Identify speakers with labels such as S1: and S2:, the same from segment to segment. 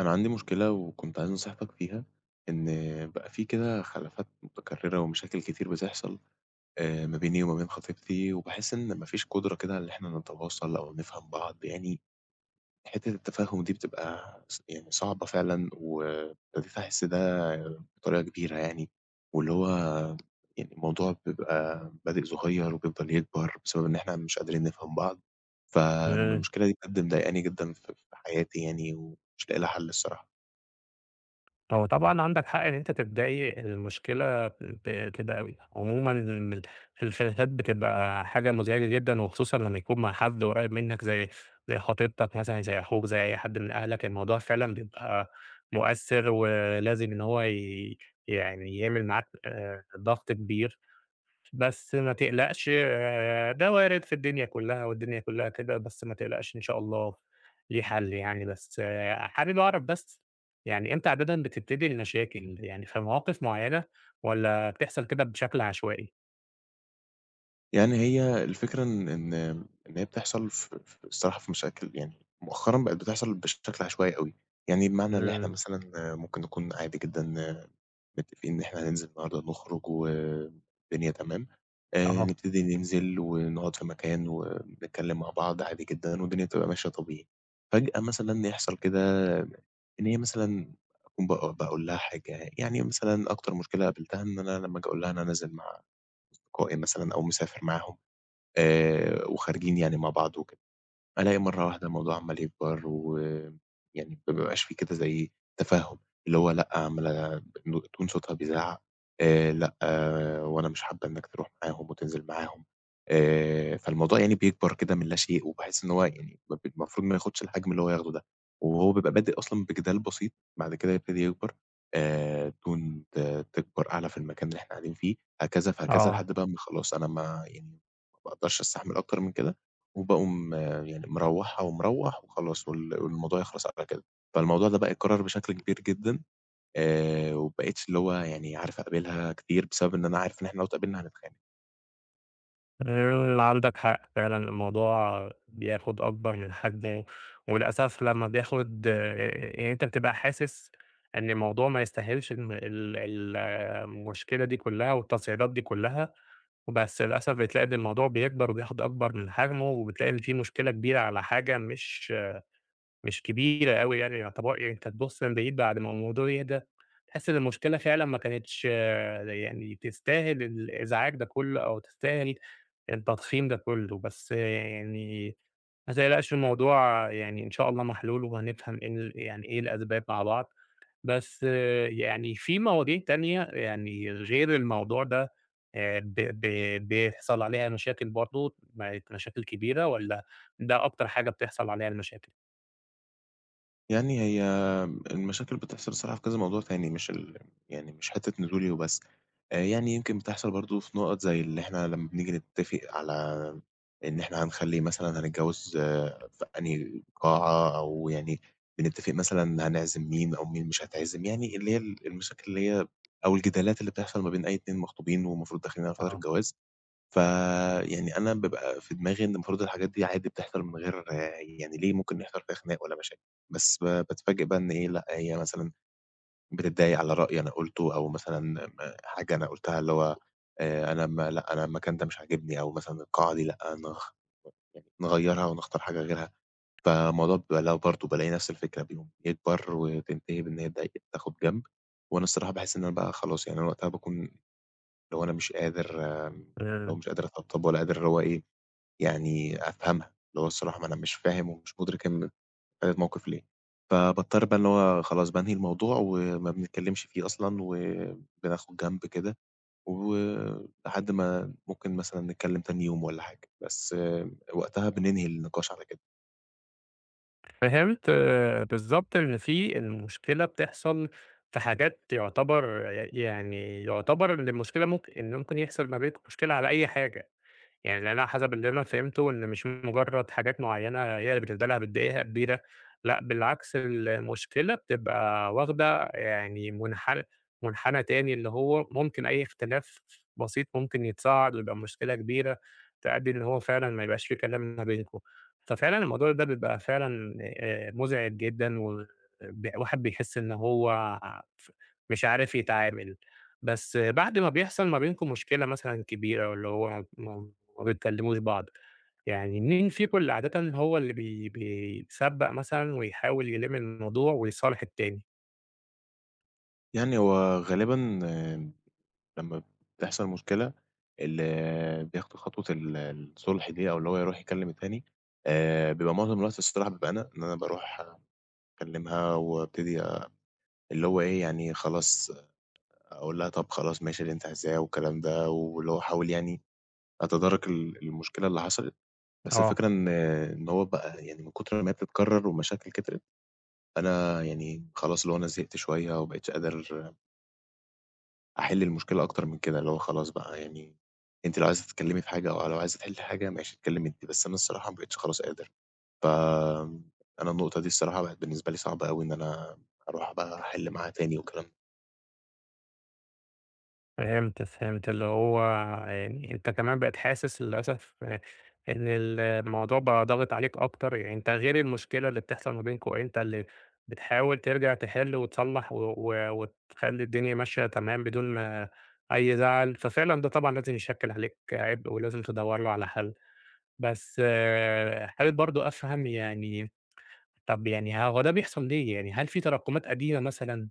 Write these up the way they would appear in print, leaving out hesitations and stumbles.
S1: أنا عندي مشكلة وكنت عايز نصيحتك فيها، إن بقى في كده خلافات متكررة ومشاكل كتير بتحصل ما بيني وما بين خطيبتي. وباحس إن ما فيش قدرة كده على إن إحنا نتواصل أو نفهم بعض، يعني حتة التفاهم دي بتبقى يعني صعبة فعلًا، وابتديت أحس ده بطريقة كبيرة يعني. واللي هو يعني الموضوع بيبقى بادئ صغير وبيفضل يكبر بسبب إن إحنا مش قادرين نفهم بعض.
S2: إمم،
S1: فالمشكلة دي بجد مضايقاني جدًا في حياتي يعني، ومش لاقي لها حل الصراحة.
S2: هو طبعًا عندك حق إن أنت تتضايق، المشكلة كده أوي، عمومًا الخلافات بتبقى حاجة مزعجة جدًا، وخصوصًا لمّا يكون مع حد قريب منك زي خطيبتك مثلًا، زي أخوك، زي أي حد من أهلك، الموضوع فعلًا بيبقى مؤثر، ولازم إن هو ي يعني يعمل معاك ضغط كبير. بس ما تقلقش ده وارد في الدنيا كلّها والدنيا كلّها كده، بس ما تقلقش إن شاء الله ليه حل يعني، بس آه، حابب أعرف بس يعني إمتى عادةً بتبتدي المشاكل، يعني في مواقف معيّنة والّا بتحصل كده بشكل عشوائي؟
S1: يعني هي الفكرة إن هي بتحصل ف ف الصراحة، في مشاكل يعني مؤخرًا بقت بتحصل بشكل عشوائي أوي. يعني بمعنى اللي إحنا
S2: إمم.
S1: مثلًا ممكن نكون عادي جدًا متفقين إن إحنا هننزل النهارده نخرج والدنيا تمام.
S2: أها.
S1: نبتدي ننزل ونقعد في مكان ونتكلم مع بعض عادي جدًا والدنيا تبقى ماشية طبيعي. فجأة مثلًا يحصل كده إن هي مثلًا أكون باقول لها حاجة. يعني مثلًا أكتر مشكلة قابلتها إن أنا لمّا آجي أقول لها أنا نازل مع أصدقائي مثلًا أو مسافر معاهم. وخارجين يعني مع بعض وكده. ألاقي مرّة واحدة الموضوع عمّال يكبر، ويعني ما بيبقاش في كده زي تفاهم، اللي هو لأ، عمّالة تون صوتها بيزعّق، لأ آه وأنا مش حابة إنّك تروح معاهم وتنزل معاهم. فالموضوع يعني بيكبر كده من لا شيء، وباحس إن هو يعني ما المفروض ما ياخدش الحجم اللي هو ياخده ده. وهو بيبقى بادئ أصلًا بجدال بسيط، بعد كده يبتدي يكبر، التون تكبر أعلى في المكان اللي إحنا قاعدين فيه، هكذا، فهكذا
S2: آه.
S1: لحد بقى ما خلاص أنا ما يعني ما باقدرش أستحمل أكتر من كده. وباقوم يعني مروّحها ومروّح وخلاص والموضوع يخلص على كده. فالموضوع ده بقى اتكرر بشكل كبير جدًا، وما بقيتش اللي هو يعني عارف أقابلها كتير بسبب إن أنا عارف إن إحنا لو اتقابلنا هنتخانق.
S2: عندك حق فعلًا الموضوع بياخد أكبر من حجمه، وللأسف لمّا بياخد يعني أنت بتبقى حاسس إن الموضوع ما يستاهلش الم ال ال آه، المشكلة دي كلها والتصعيدات دي كلها، بس للأسف بتلاقي إن الموضوع بيكبر وبياخد أكبر من حجمه، وبتلاقي إن في مشكلة كبيرة على حاجة مش كبيرة أوي يعني يعتبر يعني أنت تبُص من بعيد بعد ما الموضوع يهدى، تحس إن المشكلة فعلًا ما كانتش يعني تستاهل الإزعاج ده كُلّه أو تستاهل التضخيم ده كُلّه، بس يعني ما تقلقش الموضوع يعني إن شاء الله محلول وهنفهم إيه يعني إيه الأسباب مع بعض، بس آه، يعني في مواضيع تانية يعني غير الموضوع ده ب ب بيحصل عليها مشاكل برضه، مشاكل كبيرة والّا ده أكتر حاجة بتحصل عليها المشاكل؟
S1: يعني هي المشاكل بتحصل الصراحة في كذا موضوع تاني، مش يعني مش حتّة نزولي وبس. يعني يمكن بتحصل برضه في نُقَط زي اللي إحنا لمّا بنيجي نتّفق على إن إحنا هنخلّي مثلًا هنتجوّز آه، في أنهي قاعة، أو يعني بنتّفق مثلًا هنعزم مين أو مين مش هتعزم. يعني اللي هي المشاكل اللي هي أو الجدالات اللي بتحصل ما بين أي اتنين مخطوبين ومفروض داخلين على فترة
S2: آه.
S1: جواز. فيعني أنا بابقى في دماغي إن المفروض الحاجات دي عادي بتحصل من غير يعني ليه ممكن يحصل فيها خناق والّا مشاكل. بس باتفاجئ بقى إن إيه، لأ، هي مثلًا بتتضايق على رأي أنا قُلته أو مثلًا حاجة أنا قُلتها اللي هو أنا ما لأ، أنا المكان ده مش عاجبني، أو مثلًا القاعة دي لأ، نغ يعني نغيّرها ونختار حاجة غيرها. فالموضوع بيبقى اللي هو برضه بالاقي نفس الفكرة بيقوم يكبر، وتنتهي بإن هي اتضايقت تاخد جنب. وأنا الصراحة باحس إن أنا بقى خلاص، يعني أنا وقتها باكون اللي هو أنا مش قادر، اللي هو مش قادر أتطبطب ولا قادر اللي هو إيه يعني أفهمها، اللي هو الصراحة ما أنا مش فاهم ومش مُدرك إن الموقف ليه. فباضطر بقى اللي هو خلاص بانهي الموضوع وما بنتكلمش فيه أصلًا، وبناخد جنب كده، ولحد ما ممكن مثلًا نتكلم تاني يوم والّا حاجة. بس آه، وقتها بننهي النقاش على كده.
S2: فهمت بالضبط إن في المشكلة بتحصل في حاجات يعتبر آه، يعني يعتبر إن المشكلة ممكن يحصل ما بينكم مشكلة على أي حاجة. يعني لأن أنا حسب اللي أنا فهمته إن مش مجرد حاجات معيّنة هي اللي بتبقى لها بتضايقها كبيرة، لأ بالعكس المشكلة بتبقى واخدة يعني منحنى تاني، اللي هو ممكن أي اختلاف بسيط ممكن يتصاعد ويبقى مشكلة كبيرة، تؤدي إن هو فعلًا ما يبقاش في كلام ما بينكم. ففعلًا الموضوع ده بيبقى فعلًا مزعج جدًا، والواحد بيحس إن هو ف مش عارف يتعامل. بس بعد ما بيحصل ما بينكم مشكلة مثلًا كبيرة واللي هو ما بتكلموش بعض، يعني مين فيكم اللي عادةً هو اللي بيسبّق مثلًا ويحاول يلِم الموضوع ويصالح التاني؟
S1: يعني هو غالبًا آه، لمّا بتحصل مشكلة، اللي بياخد خطوة الصُلح دي، أو اللي هو يروح يكلم التاني، بيبقى معظم الوقت الصراحة بيبقى أنا، إن أنا باروح أكلمها وابتدي اللي هو إيه، يعني خلاص أقول لها طَب خلاص ماشي اللي أنتِ عايزاه والكلام ده، واللي هو أحاول يعني أتدارك المشكلة اللي حصلت. بس
S2: آه.
S1: الفكرة إن هو بقى يعني من كتر ما هي بتتكرر والمشاكل كترت، أنا يعني خلاص اللي هو أنا زهقت شوية وما بقيتش قادر أحِل المشكلة أكتر من كده. اللي هو خلاص بقى يعني أنتِ لو عايزة تتكلمي في حاجة، أو لو عايزة تحلّي حاجة ماشي اتكلمي أنتِ، بس أنا الصراحة ما بقيتش خلاص قادر. ف أنا النقطة دي الصراحة بقت بالنسبة لي صعبة أوي، إن أنا أروح بقى أحِل معاها تاني والكلام ده.
S2: فهمت، فهمت، اللي هو يعني أنت كمان بقيت حاسس للأسف إن الموضوع بقى ضاغط عليك أكتر، يعني أنت غير المشكلة اللي بتحصل ما بينكم، أنت اللي بتحاول ترجع تحل وتصلّح و و وتخلّي الدنيا ماشية تمام بدون ما أي زعل، ففعلًا ده طبعًا لازم يشكّل عليك عبء ولازم تدوّر له على حل. بس حابب برضه أفهم يعني، طَب يعني هو ده بيحصل ليه؟ يعني هل في تراكمات قديمة مثلًا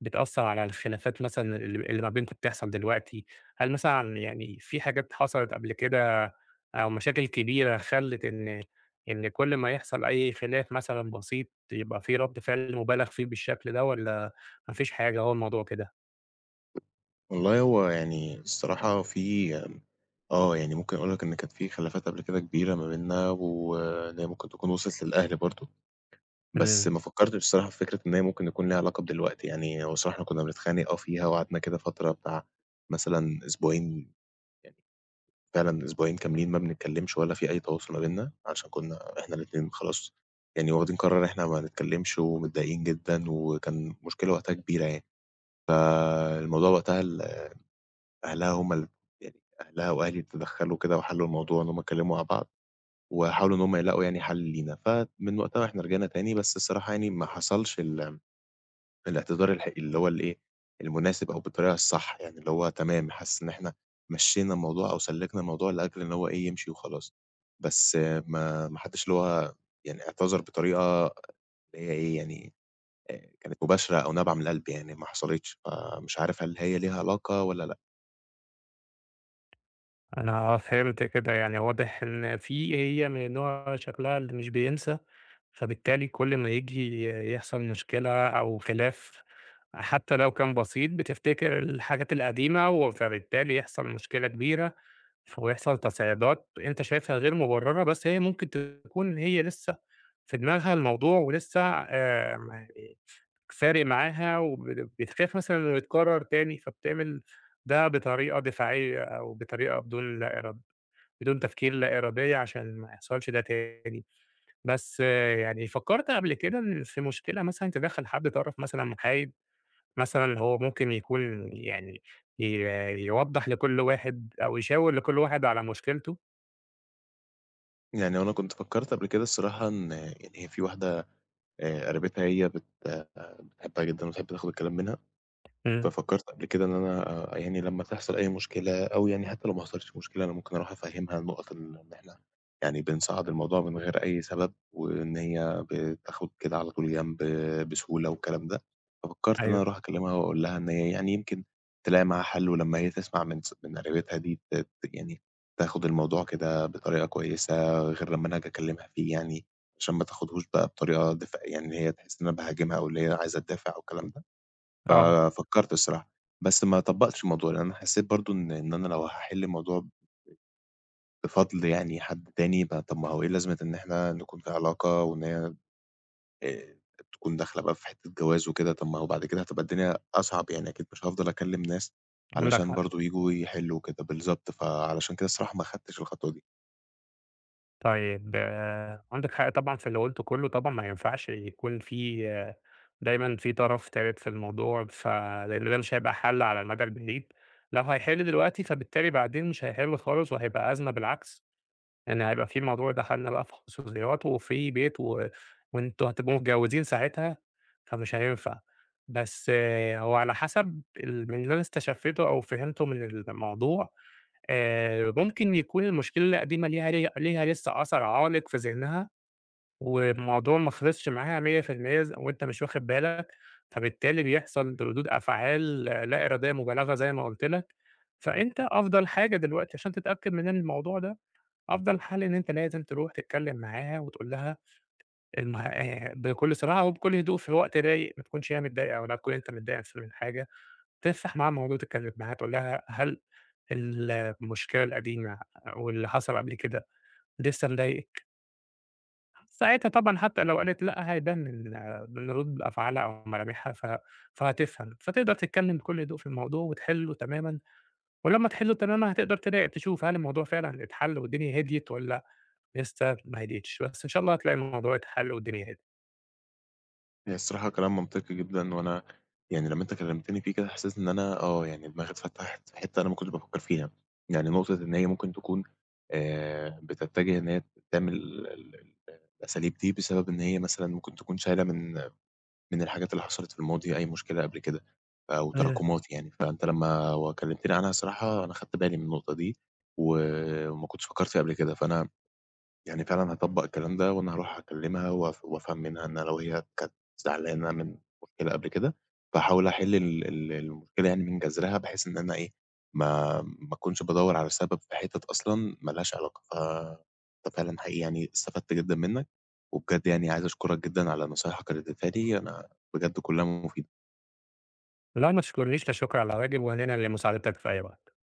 S2: بتأثّر على الخلافات مثلًا اللي ما بينكم بتحصل دلوقتي؟ هل مثلًا يعني في حاجات حصلت قبل كده أو مشاكل كبيرة خلِّت إن كل ما يحصل أي خلاف مثلًا بسيط يبقى في رَد فعل مُبالغ فيه بالشكل ده والّا ما فيش حاجة هو الموضوع كده؟
S1: والله هو يعني الصراحة في آه، يعني ممكن أقول لك إن كانت في خلافات قبل كده كبيرة ما بيننا، وإن هي ممكن تكون وصلت للأهل برضه، بس
S2: إمم.
S1: ما فكّرتش الصراحة في فكرة إن هي ممكن يكون ليها علاقة بدلوقتي. يعني هو الصراحة إحنا كنا بنتخانق آه فيها، وقعدنا كده فترة بتاع مثلًا أسبوعين، فعلًا أسبوعين كاملين ما بنتكلّمش ولا في أي تواصل ما بيننا، عشان كنا إحنا الاتنين خلاص يعني واخدين قرار إن إحنا ما نتكلّمش ومتضايقين جدًا، وكان مشكلة وقتها كبيرة يعني. فالموضوع وقتها أهلها هم يعني أهلها وأهلي تدخّلوا كده وحلّوا الموضوع، إن هم اتكلموا مع بعض، وحاولوا إن هم يلاقوا يعني حل لينا. فمن وقتها وإحنا رجعنا تاني، بس الصراحة يعني ما حصلش الاعتذار اللي هو الإيه، المناسب أو بالطريقة الصح. يعني اللي هو تمام، حاسس إن إحنا مشّينا الموضوع أو سلّكنا الموضوع لأجل إن هو إيه، يمشي وخلاص. بس آه، ما حدّش اللي هو يعني اعتذر بطريقة اللي هي إيه، يعني كانت مباشرة أو نابعة من القلب، يعني ما حصلتش. فمش عارف هل هي ليها علاقة والّا لأ؟
S2: أنا فهمت كده، يعني واضح إن في هي من النوع شكلها اللي مش بينسى، فبالتالي كل ما ييجي يحصل مشكلة أو خلاف حتى لو كان بسيط، بتفتكر الحاجات القديمة فبالتالي يحصل مشكلة كبيرة ويحصل تصعيدات أنت شايفها غير مبررة، بس هي ممكن تكون هي لسه في دماغها الموضوع ولسه م فارق معاها وب بتخاف مثلًا إنه يتكرر تاني، فبتعمل ده بطريقة دفاعية أو بطريقة بدون تفكير لا إرادية عشان ما يحصلش ده تاني. بس يعني فكّرت قبل كده في مشكلة مثلًا تدخّل حد طرف مثلًا محايد، مثلًا هو ممكن يكون يعني ي يوضّح لكل واحد أو يشاور لكل واحد على مشكلته؟
S1: يعني هو أنا كنت فكّرت قبل كده الصراحة إن يعني هي في واحدة قريبتها هي بت آه، بتحبها جدًا وبتحب تاخد الكلام منها.
S2: إمم.
S1: ففكرت قبل كده إن أنا يعني لمّا تحصل أي مشكلة، أو يعني حتى لو ما حصلتش مشكلة، أنا ممكن أروح أفهّمها النقط إن إحنا يعني بنصعّد الموضوع من غير أي سبب، وإن هي بتاخد كده على طول جنب بسهولة والكلام ده. ففكرت إن أنا
S2: أيوه.
S1: أروح أكلمها وأقول لها إن هي يعني يمكن تلاقي معاها حل، ولمّا هي تسمع من قريبتها دي ت ت يعني تاخد الموضوع كده بطريقة كويسة، غير لمّا أنا آجي أكلمها فيه يعني، عشان ما تاخدهوش بقى بطريقة دفاع، يعني إن هي تحس إن أنا باهاجمها، أو اللي هي عايزة تدافع أو الكلام ده.
S2: آه.
S1: ففكّرت الصراحة، بس ما طبّقتش الموضوع، لإن أنا حسّيت برضه إن أنا لو هاحِل الموضوع بفضْل يعني حد تاني، ما طَب ما هو إيه لازمة إن إحنا نكون في علاقة، وإن هي آآ تكون داخلة بقى في حتّة جواز وكده. طَب ما هو بعد كده هتبقى الدنيا أصعب يعني، أكيد مش هافضل أكلّم ناس
S2: عندك
S1: علشان
S2: حق.
S1: برضه ييجوا يحِلّوا وكده، بالضبط. فعلشان كده الصراحة ما خدتش الخطوة دي.
S2: طيب عندك حق طبعًا في اللي قُلته كلّه، طبعًا ما ينفعش يكون في آه، دايمًا في طرف تالت في الموضوع، لإن ده مش هيبقى حَل على المدى البعيد، لو هيحل دلوقتي فبالتالي بعدين مش هيحل خالص وهيبقى أزمة بالعكس. يعني هيبقى في الموضوع دخلنا بقى في خصوصيات وفي بيت وأنتم هتبقوا متجوزين ساعتها، فمش هينفع. بس هو على حسب من اللي أنا استشفيته أو فهمته من الموضوع، ممكن يكون المشكلة القديمة ليها لسه أثر عالق في ذهنها، والموضوع ما خلصش معاها 100% وأنت مش واخد بالك، فبالتالي بيحصل ردود أفعال لا إرادية مبالغة زي ما قُلت لك، فأنت أفضل حاجة دلوقتي عشان تتأكد من الموضوع ده، أفضل حل إن أنت لازم تروح تتكلّم معاها وتقول لها المه بكل صراحة وبكل هدوء في وقت رايق، ما تكونش هي متضايقة ولا تكون أنت متضايق بسبب الحاجة، تفتح معاها الموضوع تتكلّم معاها تقول لها: هل المشكلة القديمة واللي حصل قبل كده لسه مضايقِك؟ ساعتها طبعًا حتى لو قالت لأ هيبان من من ردود أفعالها أو ملامحها، فهتفهم، فتقدر تتكلّم بكل هدوء في الموضوع وتحلّه تمامًا، ولمّا تحلّه تمامًا هتقدر تشوف هل الموضوع فعلًا اتحل والدنيا هديت والّا لسه ما هديتش، بس إن شاء الله هتلاقي الموضوع اتحل والدنيا هدِت.
S1: هي الصراحة كلام منطقي جدًا، وأنا يعني لمّا أنت كلمتني فيه كده حسيت إن أنا آه، يعني دماغي اتفتحت في حتة أنا ما كنتش بافكّر فيها، يعني نقطة إن هي ممكن تكون بتتجه إن هي تعمل ال ال ال الأساليب دي بسبب إن هي مثلًا ممكن تكون شايلة من الحاجات اللي حصلت في الماضي أي مشكلة قبل كده أو
S2: آآ
S1: تراكمات يعني. فأنت لمّا كلمتني عنها الصراحة أنا خدت بالي من النقطة دي، و وما كنتش فكّرت فيها قبل كده. فأنا يعني فعلًا هاطبّق الكلام ده، وأنا هاروح أكلمها وأفهم منها إن لو هي كانت زعلانة من مشكلة قبل كده، فاحاول أحل ال ال المشكلة يعني من جذرها، بحيث إن أنا إيه، ما أكونش بادوّر على سبب في حتت أصلًا ما لهاش علاقة. أنت فعلًا حقيقي يعني استفدت جدًا منّك، وبجد يعني عايز أشكرك جدًا على نصايحك اللي اديتها لي، أنا بجد كلّها مفيدة.
S2: لا ما تشكرنيش، لا شكر على واجب، وأنا هنا لمساعدتك في أي وقت.